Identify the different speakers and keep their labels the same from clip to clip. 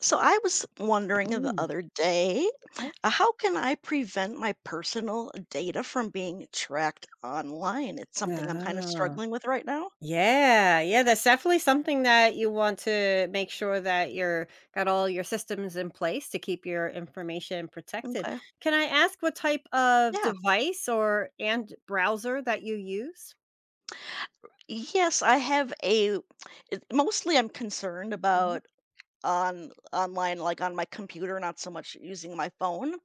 Speaker 1: So I was wondering the
Speaker 2: Mm,
Speaker 1: other day,
Speaker 2: okay.
Speaker 1: how can I prevent my personal data from being tracked online? It's something I'm kind of
Speaker 2: Ah,
Speaker 1: struggling with right now.
Speaker 2: yeah, yeah, that's definitely something that you want to make sure that you're got all your systems in place to keep your information protected.
Speaker 1: Okay.
Speaker 2: Can I ask what type of
Speaker 1: Yeah.
Speaker 2: device or and browser that you use?
Speaker 1: Yes, I have a mostly I'm concerned
Speaker 2: Mhm,
Speaker 1: about on online like on my computer, not so much using my phone,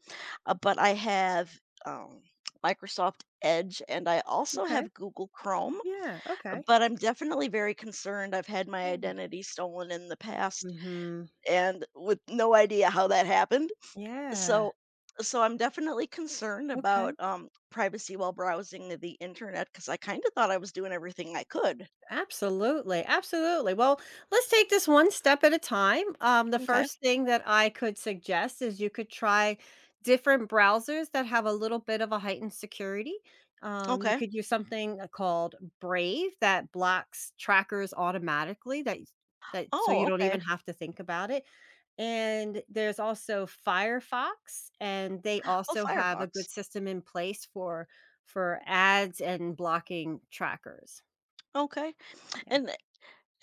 Speaker 1: but I have um Microsoft Edge and I also
Speaker 2: okay.
Speaker 1: have Google Chrome,
Speaker 2: Yeah, okay.
Speaker 1: but I'm definitely very concerned. I've had my
Speaker 2: Yeah.
Speaker 1: identity stolen in the past
Speaker 2: Mhm.
Speaker 1: and with no idea how that happened.
Speaker 2: Yeah,
Speaker 1: So so I'm definitely concerned about
Speaker 2: okay.
Speaker 1: privacy while browsing the internet because I kind of thought I was doing everything I could.
Speaker 2: Absolutely, absolutely. Well, let's take this one step at a time. The
Speaker 1: Okay.
Speaker 2: first thing that I could suggest is you could try different browsers that have a little bit of a heightened security. You
Speaker 1: Okay.
Speaker 2: could use something called Brave that blocks trackers automatically. That so
Speaker 1: Oh,
Speaker 2: you don't
Speaker 1: okay.
Speaker 2: even have to think about it. And there's also Firefox, and they
Speaker 1: Oh,
Speaker 2: also have a good
Speaker 1: Firefox.
Speaker 2: system in place for ads and blocking trackers.
Speaker 1: Okay. And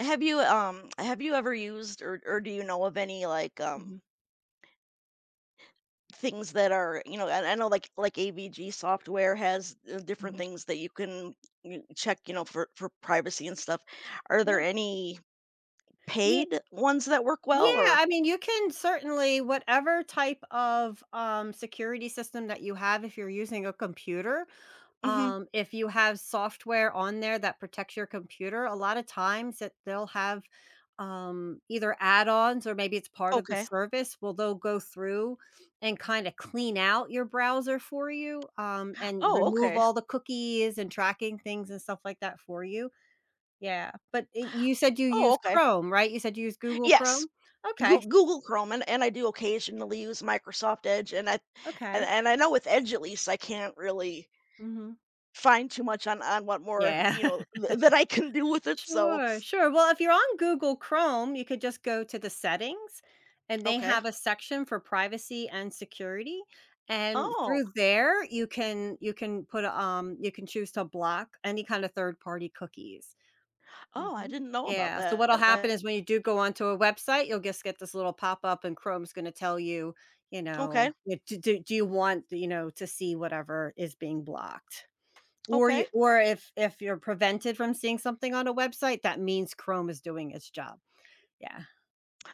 Speaker 1: have you ever used or do you know of any
Speaker 2: Yeah.
Speaker 1: things that are I know like AVG software has different
Speaker 2: Mhm.
Speaker 1: things that you can check for privacy and stuff. Are there
Speaker 2: Yeah.
Speaker 1: any
Speaker 2: Ye
Speaker 1: paid ones that work
Speaker 2: yeah,
Speaker 1: well or
Speaker 2: I mean, you can certainly whatever type of security system that you have, if you're using a computer,
Speaker 1: mhm,
Speaker 2: if you have software on there that protects your computer, a lot of times that they'll have, either add-ons or maybe it's part of the
Speaker 1: okay.
Speaker 2: service, well, they'll go through and kinda clean out your browser for you, and
Speaker 1: Oh,
Speaker 2: remove
Speaker 1: okay.
Speaker 2: all the cookies and tracking things and stuff like that for you. Yeah, but I you said you
Speaker 1: Oh,
Speaker 2: use
Speaker 1: okay.
Speaker 2: Chrome, right? You said you use Google
Speaker 1: Yes,
Speaker 2: Chrome? Okay,
Speaker 1: Google Chrome, and I do occasionally use Microsoft Edge, and I
Speaker 2: okay.
Speaker 1: and I know with Edge, at least, I can't really
Speaker 2: Mhm.
Speaker 1: find too much on what more,
Speaker 2: Yeah.
Speaker 1: you know, th that I can do with it, so
Speaker 2: Sure, sure. Well, if you're on Google Chrome, you could just go to the settings, and they
Speaker 1: okay.
Speaker 2: have a section for privacy and security, and
Speaker 1: Oh,
Speaker 2: through there, you can put, you can choose to block any kind of third party cookies.
Speaker 1: oh, I
Speaker 2: Mhm.
Speaker 1: didn't know about
Speaker 2: Yeah, so what'll
Speaker 1: that. I
Speaker 2: happen is when you do go onto a website, you'll just get this little pop-up and Chrome's gonna tell you, you know,
Speaker 1: Okay,
Speaker 2: y "Do you want, you know, to see whatever is being blocked?" Or
Speaker 1: okay.
Speaker 2: you or if you're prevented from seeing something on a website, that means Chrome is doing its job. Yeah.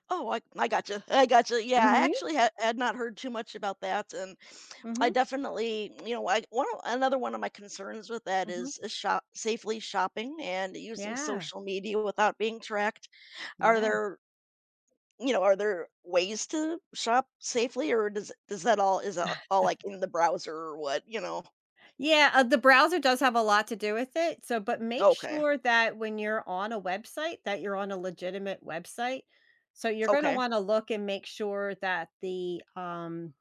Speaker 1: Oh, I gotcha, I gotcha. Yeah, I
Speaker 2: Mhm.
Speaker 1: actually had not heard too much about that, and I
Speaker 2: Mhm.
Speaker 1: definitely, you know, another one of my concerns with that
Speaker 2: Mhm.
Speaker 1: is shopping and using
Speaker 2: Yeah.
Speaker 1: social media without being tracked. Are
Speaker 2: Yeah.
Speaker 1: there, you know, are there ways to shop safely, or does that all is that all like in the browser or what? You know?
Speaker 2: Yeah, the browser does have a lot to do with it, so but make
Speaker 1: Okay,
Speaker 2: sure that when you're on a website, that you're on a legitimate website. So you're gonna
Speaker 1: okay,
Speaker 2: wanna look and make sure that the,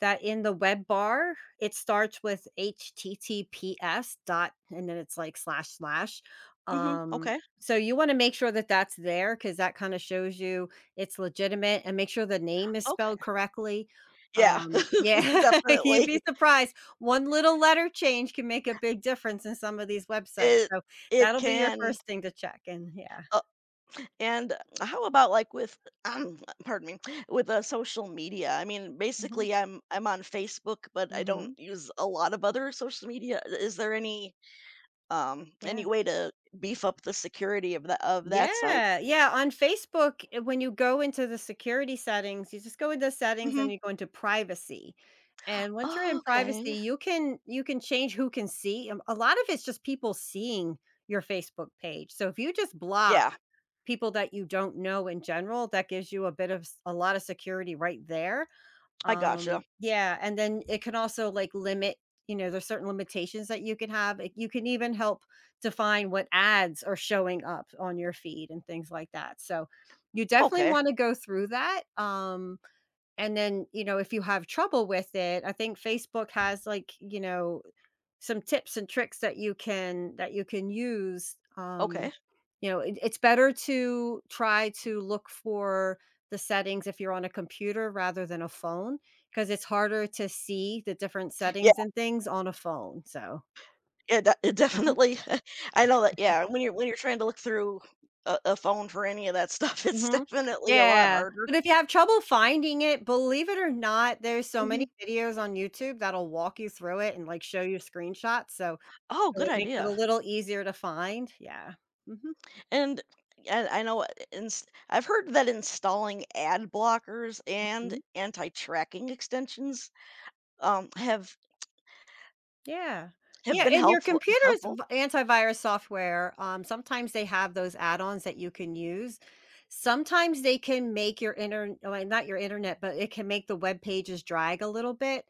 Speaker 2: that in the web bar, it starts with HTTPS dot and then it's like slash slash.
Speaker 1: hmm
Speaker 2: Um,
Speaker 1: okay,
Speaker 2: so you wanna make sure that that's there because that kinda shows you it's legitimate and make sure the name is
Speaker 1: okay.
Speaker 2: spelled correctly.
Speaker 1: Yeah,
Speaker 2: Yeah, you'd be
Speaker 1: definitely.
Speaker 2: surprised. One little letter change can make a big difference in some of these websites.
Speaker 1: It
Speaker 2: So
Speaker 1: it
Speaker 2: that'll be your
Speaker 1: can.
Speaker 2: first thing to check and yeah.
Speaker 1: And how about like with pardon me, with social media? I mean,
Speaker 2: Mhm.
Speaker 1: basically I'm on Facebook, but I don't
Speaker 2: Mhm.
Speaker 1: use a lot of other social media. Is there any
Speaker 2: Yeah.
Speaker 1: way to beef up the security of the of that site?
Speaker 2: Yeah, yeah, on Facebook, when you go into the security settings, you just go into settings
Speaker 1: Mhm.
Speaker 2: and you go into privacy, and once you're
Speaker 1: Oh,
Speaker 2: in privacy,
Speaker 1: okay.
Speaker 2: you can change who can see, a lot of it's just people seeing your Facebook page, so if you just block
Speaker 1: Yeah,
Speaker 2: people that you don't know in general, that gives you a lot of security right there.
Speaker 1: I gotcha.
Speaker 2: Yeah, and then it can also, like, limit you know, there's certain limitations that you can have, like, you can even help define what ads are showing up on your feed and things like that, so, you definitely
Speaker 1: Okay.
Speaker 2: wanna go through that, and then, you know, if you have trouble with it, I think Facebook has, like, you know, some tips and tricks that you can use.
Speaker 1: Okay.
Speaker 2: You know, it's better to try to look for the settings if you're on a computer rather than a phone because it's harder to see the different
Speaker 1: Yeah,
Speaker 2: settings and things on a phone. So,
Speaker 1: yeah, it
Speaker 2: mhm,
Speaker 1: definitely. I know that yeah, when you're trying to look through a phone for any of that stuff, it's
Speaker 2: mhm,
Speaker 1: definitely a lot
Speaker 2: yeah.
Speaker 1: harder.
Speaker 2: But if you have trouble finding it, believe it or not, there's so
Speaker 1: Mhm.
Speaker 2: many videos on YouTube that'll walk you through it and like show you screenshots. So
Speaker 1: Oh,
Speaker 2: so
Speaker 1: good
Speaker 2: it makes it a
Speaker 1: idea.
Speaker 2: little easier to find. Yeah. Mhm.
Speaker 1: And I know ins I've heard that installing ad blockers and anti-tracking extensions, have
Speaker 2: Yeah. Yeah,
Speaker 1: been
Speaker 2: and your computer's
Speaker 1: helpful.
Speaker 2: v antivirus software, sometimes they have those add-ons that you can use. Sometimes they can make your internet, well, not your internet, but it can make the web pages drag a little bit.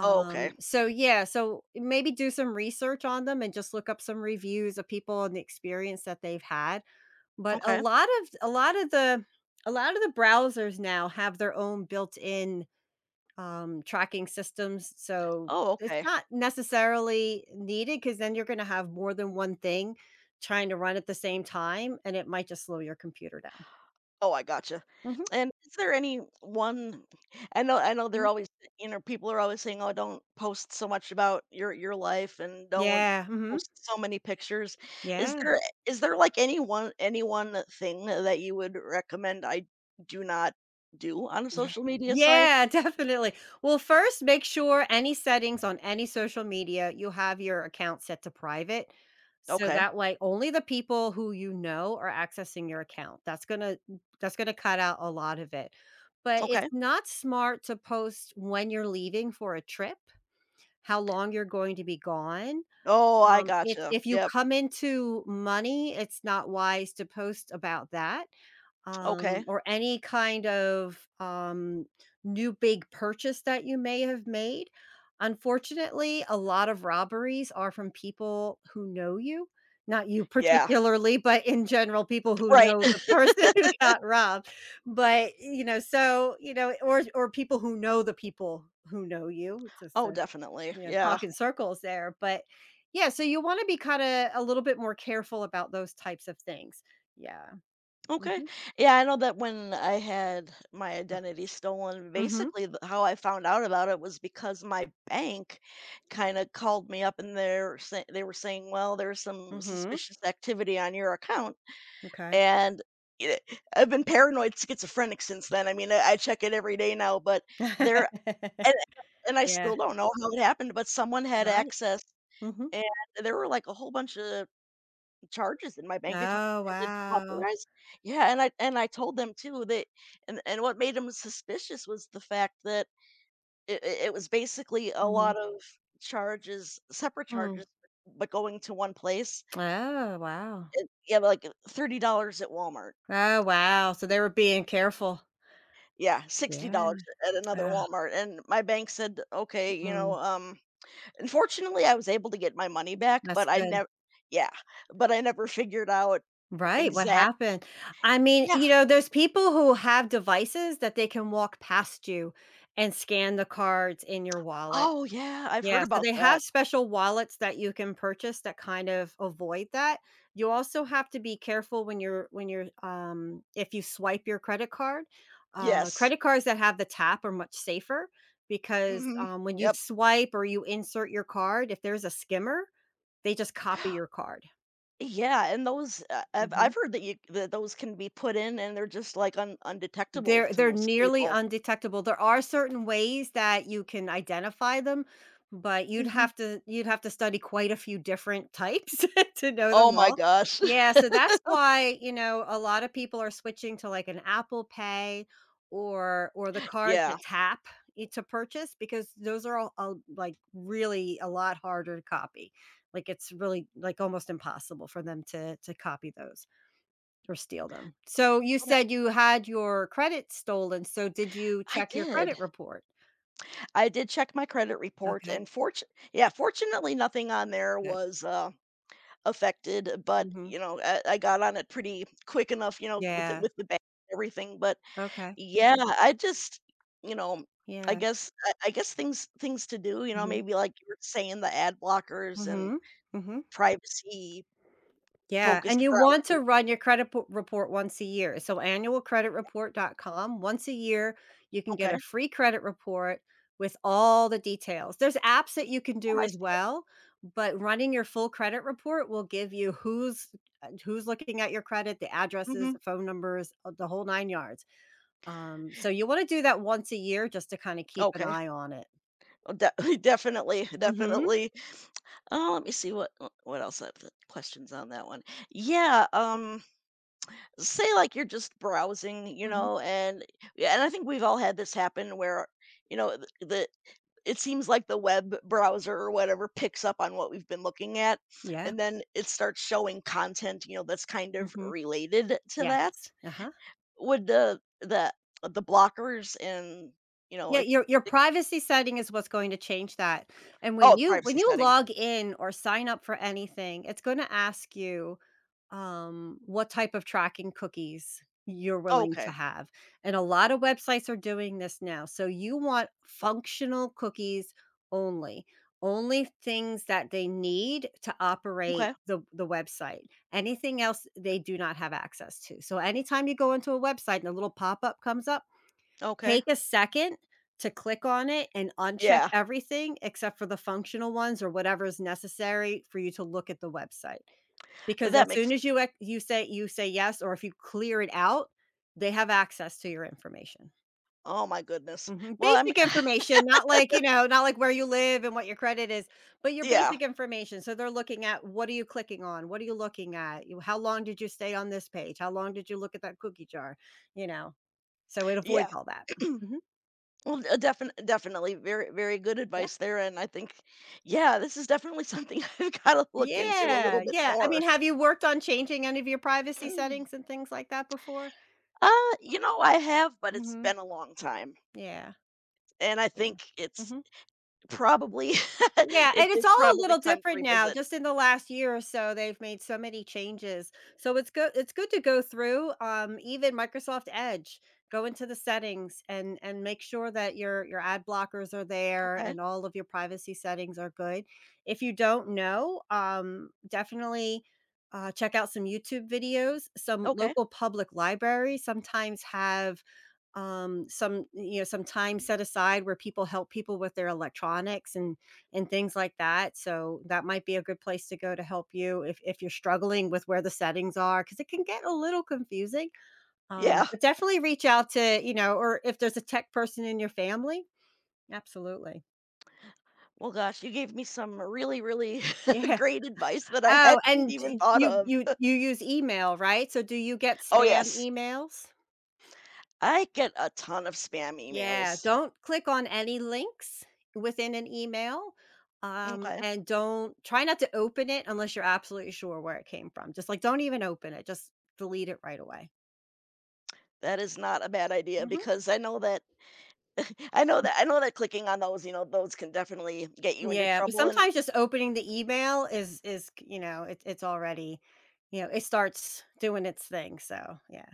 Speaker 1: Oh, okay.
Speaker 2: so yeah, so maybe do some research on them and just look up some reviews of people and the experience that they've had. But
Speaker 1: Okay.
Speaker 2: a lot of the browsers now have their own built-in tracking systems. So
Speaker 1: Oh,
Speaker 2: it's
Speaker 1: okay.
Speaker 2: not necessarily needed because then you're going to have more than one thing trying to run at the same time, and it might just slow your computer down.
Speaker 1: Oh, I gotcha.
Speaker 2: Hmm.
Speaker 1: And is there any one I know they're
Speaker 2: Hmm.
Speaker 1: always you know, people are always saying, "Oh, don't post so much about your life and don't
Speaker 2: Yeah. Hmm.
Speaker 1: post so many pictures." Is
Speaker 2: Yeah.
Speaker 1: there, like, any one thing that you would recommend I do not do on a
Speaker 2: Ye
Speaker 1: social media site?
Speaker 2: yeah, definitely. Well, first, make sure any settings on any social media, you have your account set to private. So
Speaker 1: Okay,
Speaker 2: that way, only the people who you know are accessing your account. That's gonna cut out a lot of it. But it's
Speaker 1: okay.
Speaker 2: not smart to post when you're leaving for a trip, how long you're going to be gone.
Speaker 1: Oh, I
Speaker 2: Um, if
Speaker 1: gotcha.
Speaker 2: if you
Speaker 1: Yep,
Speaker 2: come into money, it's not wise to post about that,
Speaker 1: okay.
Speaker 2: or any kind of, new big purchase that you may have made. Unfortunately, a lot of robberies are from people who know you, not you
Speaker 1: Yeah,
Speaker 2: particularly, but in general, people who
Speaker 1: right.
Speaker 2: know the person who got robbed. But, you know, so, you know, or people who know the people who know you, it's just
Speaker 1: Oh,
Speaker 2: so
Speaker 1: definitely,
Speaker 2: you know,
Speaker 1: yeah.
Speaker 2: talk in circles there, but yeah, so you wanna be kinda a little bit more careful about those types of things. Yeah.
Speaker 1: Okay.
Speaker 2: Mhm.
Speaker 1: Yeah, I know that when I had my identity stolen,
Speaker 2: Mhm.
Speaker 1: basically how I found out about it was because my bank kind of called me up and they were saying, "Well, there's some
Speaker 2: Mhm.
Speaker 1: suspicious activity on your account."
Speaker 2: Okay.
Speaker 1: And i- I've been paranoid schizophrenic since then. I mean, I check it every day now, but there and, and I
Speaker 2: Yeah.
Speaker 1: still don't know how it happened, but someone had
Speaker 2: Right.
Speaker 1: access
Speaker 2: Mhm.
Speaker 1: and there were like a whole bunch of charges in my bank account
Speaker 2: Oh,
Speaker 1: that I didn't
Speaker 2: wow.
Speaker 1: authorize. Yeah, and I told them too that and what made them suspicious was the fact that it was basically a
Speaker 2: Mhm.
Speaker 1: lot of charges, separate
Speaker 2: Mm.
Speaker 1: charges, but going to one place.
Speaker 2: Oh, wow.
Speaker 1: It, yeah, like $30 at Walmart.
Speaker 2: Oh, wow. So they were being careful.
Speaker 1: Yeah, sixty
Speaker 2: Yeah.
Speaker 1: dollars at another
Speaker 2: Ah,
Speaker 1: Walmart. And my bank said, okay, you know,
Speaker 2: mm.
Speaker 1: unfortunately, I was able to get my money back,
Speaker 2: That's
Speaker 1: but I
Speaker 2: good.
Speaker 1: never, yeah, but I never figured out
Speaker 2: Right, what
Speaker 1: exact.
Speaker 2: happened? I mean,
Speaker 1: Yeah.
Speaker 2: you know, there's people who have devices that they can walk past you and scan the cards in your wallet.
Speaker 1: Oh, yeah. I've heard
Speaker 2: Yeah, so
Speaker 1: about
Speaker 2: they have
Speaker 1: that.
Speaker 2: special wallets that you can purchase that kind of avoid that. You also have to be careful when you're if you swipe your credit card.
Speaker 1: Yes.
Speaker 2: Credit cards that have the tap are much safer because
Speaker 1: Mhm.
Speaker 2: when you
Speaker 1: Yep.
Speaker 2: swipe or you insert your card, if there's a skimmer, they just copy your card.
Speaker 1: Yeah, and those
Speaker 2: Mhm.
Speaker 1: I've heard that you that those can be put in and they're just, like, un undetectable
Speaker 2: They're
Speaker 1: to
Speaker 2: they're
Speaker 1: most
Speaker 2: nearly
Speaker 1: people.
Speaker 2: undetectable. There are certain ways that you can identify them, but
Speaker 1: Mhm.
Speaker 2: you'd have to study quite a few different types to know
Speaker 1: Oh
Speaker 2: them
Speaker 1: my
Speaker 2: all.
Speaker 1: gosh.
Speaker 2: Yeah, so that's why, you know, a lot of people are switching to like an Apple Pay or the cards
Speaker 1: Yeah.
Speaker 2: that tap to purchase because those are all, like really a lot harder to copy. Like it's really like almost impossible for them to copy those. Or steal them. So you
Speaker 1: But
Speaker 2: said you had your credit stolen, so did you
Speaker 1: I
Speaker 2: check your
Speaker 1: did.
Speaker 2: credit report?
Speaker 1: I did check my credit report
Speaker 2: Okay,
Speaker 1: and fortu yeah, fortunately, nothing on there
Speaker 2: good.
Speaker 1: was, affected, but,
Speaker 2: Mhm.
Speaker 1: you know, I got on it pretty quick enough, you know, with
Speaker 2: Yeah,
Speaker 1: the bank and everything, but
Speaker 2: okay.
Speaker 1: yeah, I just you know,
Speaker 2: Yeah.
Speaker 1: I guess things to do, you know,
Speaker 2: Mhm.
Speaker 1: maybe like you were saying, the ad blockers and
Speaker 2: Mhm. Mhm.
Speaker 1: privacy-focused
Speaker 2: Yeah, and you want
Speaker 1: browsers.
Speaker 2: to run your credit po report once a year. So annualcreditreport.com once a year, you can get
Speaker 1: Okay,
Speaker 2: a free credit report with all the details. There's apps that you can
Speaker 1: oh,
Speaker 2: do
Speaker 1: nice
Speaker 2: as
Speaker 1: deal.
Speaker 2: well, but running your full credit report will give you who's looking at your credit, the addresses,
Speaker 1: Mhm,
Speaker 2: the phone numbers, the whole 9 yards. So you wanna do that once a year just to kinda keep an
Speaker 1: okay.
Speaker 2: eye on it.
Speaker 1: Oh, de definitely,
Speaker 2: Mhm,
Speaker 1: definitely. Let me see what else I have the questions on that one. Yeah, say, like, you're just browsing, you
Speaker 2: mhm.
Speaker 1: know, and yeah, and I think we've all had this happen where, you know, the it seems like the web browser or whatever picks up on what we've been looking at
Speaker 2: Yeah,
Speaker 1: and then it starts showing content you know that's kind of
Speaker 2: mhm.
Speaker 1: related to that
Speaker 2: Yes, uh-huh.
Speaker 1: would the the blockers and you know
Speaker 2: Yeah, your
Speaker 1: it-
Speaker 2: privacy setting is what's going to change that, and when
Speaker 1: oh privacy
Speaker 2: you
Speaker 1: setting
Speaker 2: log in or sign up for anything, it's gonna ask you, what type of tracking cookies you're
Speaker 1: oh,
Speaker 2: willing to
Speaker 1: okay
Speaker 2: have, and a lot of websites are doing this now, so you want functional cookies only, only things that they need to operate
Speaker 1: okay
Speaker 2: the website. Anything else, they do not have access to, so anytime you go into a website and a little pop-up comes up.
Speaker 1: okay
Speaker 2: Take a second to click on it and uncheck
Speaker 1: yeah
Speaker 2: everything except for the functional ones or whatever is necessary for you to look at the website, because
Speaker 1: that
Speaker 2: as
Speaker 1: makes
Speaker 2: soon as you say yes, or if you clear it out, they have access to your information.
Speaker 1: oh my goodness
Speaker 2: Mhm,
Speaker 1: well I'm
Speaker 2: basic information, not like, you know, not like where you live and what your credit is, but your
Speaker 1: yeah
Speaker 2: basic information. So they're looking at what are you clicking on? What are you looking at? You How long did you stay on this page? How long did you look at that cookie jar? You know? So it
Speaker 1: yeah
Speaker 2: avoids all that. Mhm.
Speaker 1: well definitely definitely very good
Speaker 2: Yeah.
Speaker 1: advice there and I think yeah this is definitely something I've got to look into a
Speaker 2: Yeah,
Speaker 1: little bit
Speaker 2: yeah. I mean,
Speaker 1: more
Speaker 2: have you worked on changing any of your privacy settings and things like that before?
Speaker 1: Uh, you know, I have, but it's
Speaker 2: Mhm.
Speaker 1: been a long time,
Speaker 2: Yeah,
Speaker 1: and I
Speaker 2: yeah.
Speaker 1: think it's
Speaker 2: Mhm.
Speaker 1: probably
Speaker 2: Yeah, and it's
Speaker 1: it's
Speaker 2: all a
Speaker 1: probably
Speaker 2: little
Speaker 1: time to
Speaker 2: different now.
Speaker 1: revisit.
Speaker 2: Just in the last year or so, they've made so many changes. So it's good to go through even Microsoft Edge, go into the settings and make sure that your ad blockers are there
Speaker 1: Okay.
Speaker 2: and all of your privacy settings are good. If you don't know, definitely check out some YouTube videos. Some
Speaker 1: Okay.
Speaker 2: local public libraries sometimes have some you know some time set aside where people help people with their electronics and things like that so that might be a good place to go to help you if you're struggling with where the settings are because it can get a little confusing
Speaker 1: Yeah.
Speaker 2: but definitely reach out to you know or if there's a tech person in your family absolutely.
Speaker 1: Well, gosh, you gave me some really, really
Speaker 2: Yeah.
Speaker 1: great advice that I hadn't even thought
Speaker 2: You
Speaker 1: of.
Speaker 2: use email, right? So do you get
Speaker 1: Oh,
Speaker 2: spam
Speaker 1: yes.
Speaker 2: emails?
Speaker 1: I get a ton of spam
Speaker 2: Yeah,
Speaker 1: emails.
Speaker 2: don't click on any links within an email,
Speaker 1: Okay.
Speaker 2: and don't try not to open it unless you're absolutely sure where it came from. Just, like, don't even open it, just delete it right away.
Speaker 1: That is not a bad idea
Speaker 2: Mhm.
Speaker 1: because I know that I know that clicking on those, you know, those can definitely get you into
Speaker 2: Yeah, but
Speaker 1: trouble. And
Speaker 2: sometimes just opening the email is c you know, it it's already you know, it starts doing its thing, so, yeah.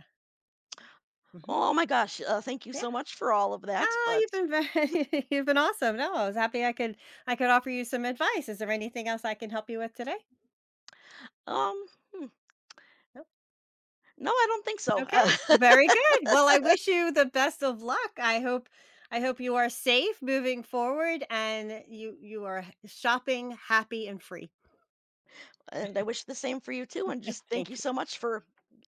Speaker 2: Mhm.
Speaker 1: oh my gosh, thank you
Speaker 2: Yeah.
Speaker 1: so much for all of that. But
Speaker 2: Oh, you've been very you've been awesome. No, I was happy I could offer you some advice. Is there anything else I can help you with today?
Speaker 1: um, hmm,
Speaker 2: No?
Speaker 1: no, I don't think so.
Speaker 2: Okay, very good. Well, I wish you the best of luck. I hope you are safe moving forward and you are shopping happy and free.
Speaker 1: And I wish the same for you too. And just thank you
Speaker 2: Thank
Speaker 1: so much for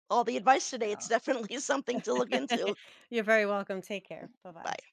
Speaker 1: all the advice
Speaker 2: you.
Speaker 1: today. It's
Speaker 2: Yeah.
Speaker 1: definitely something to look into.
Speaker 2: You're very welcome. Take care. Bye-bye.
Speaker 1: Bye.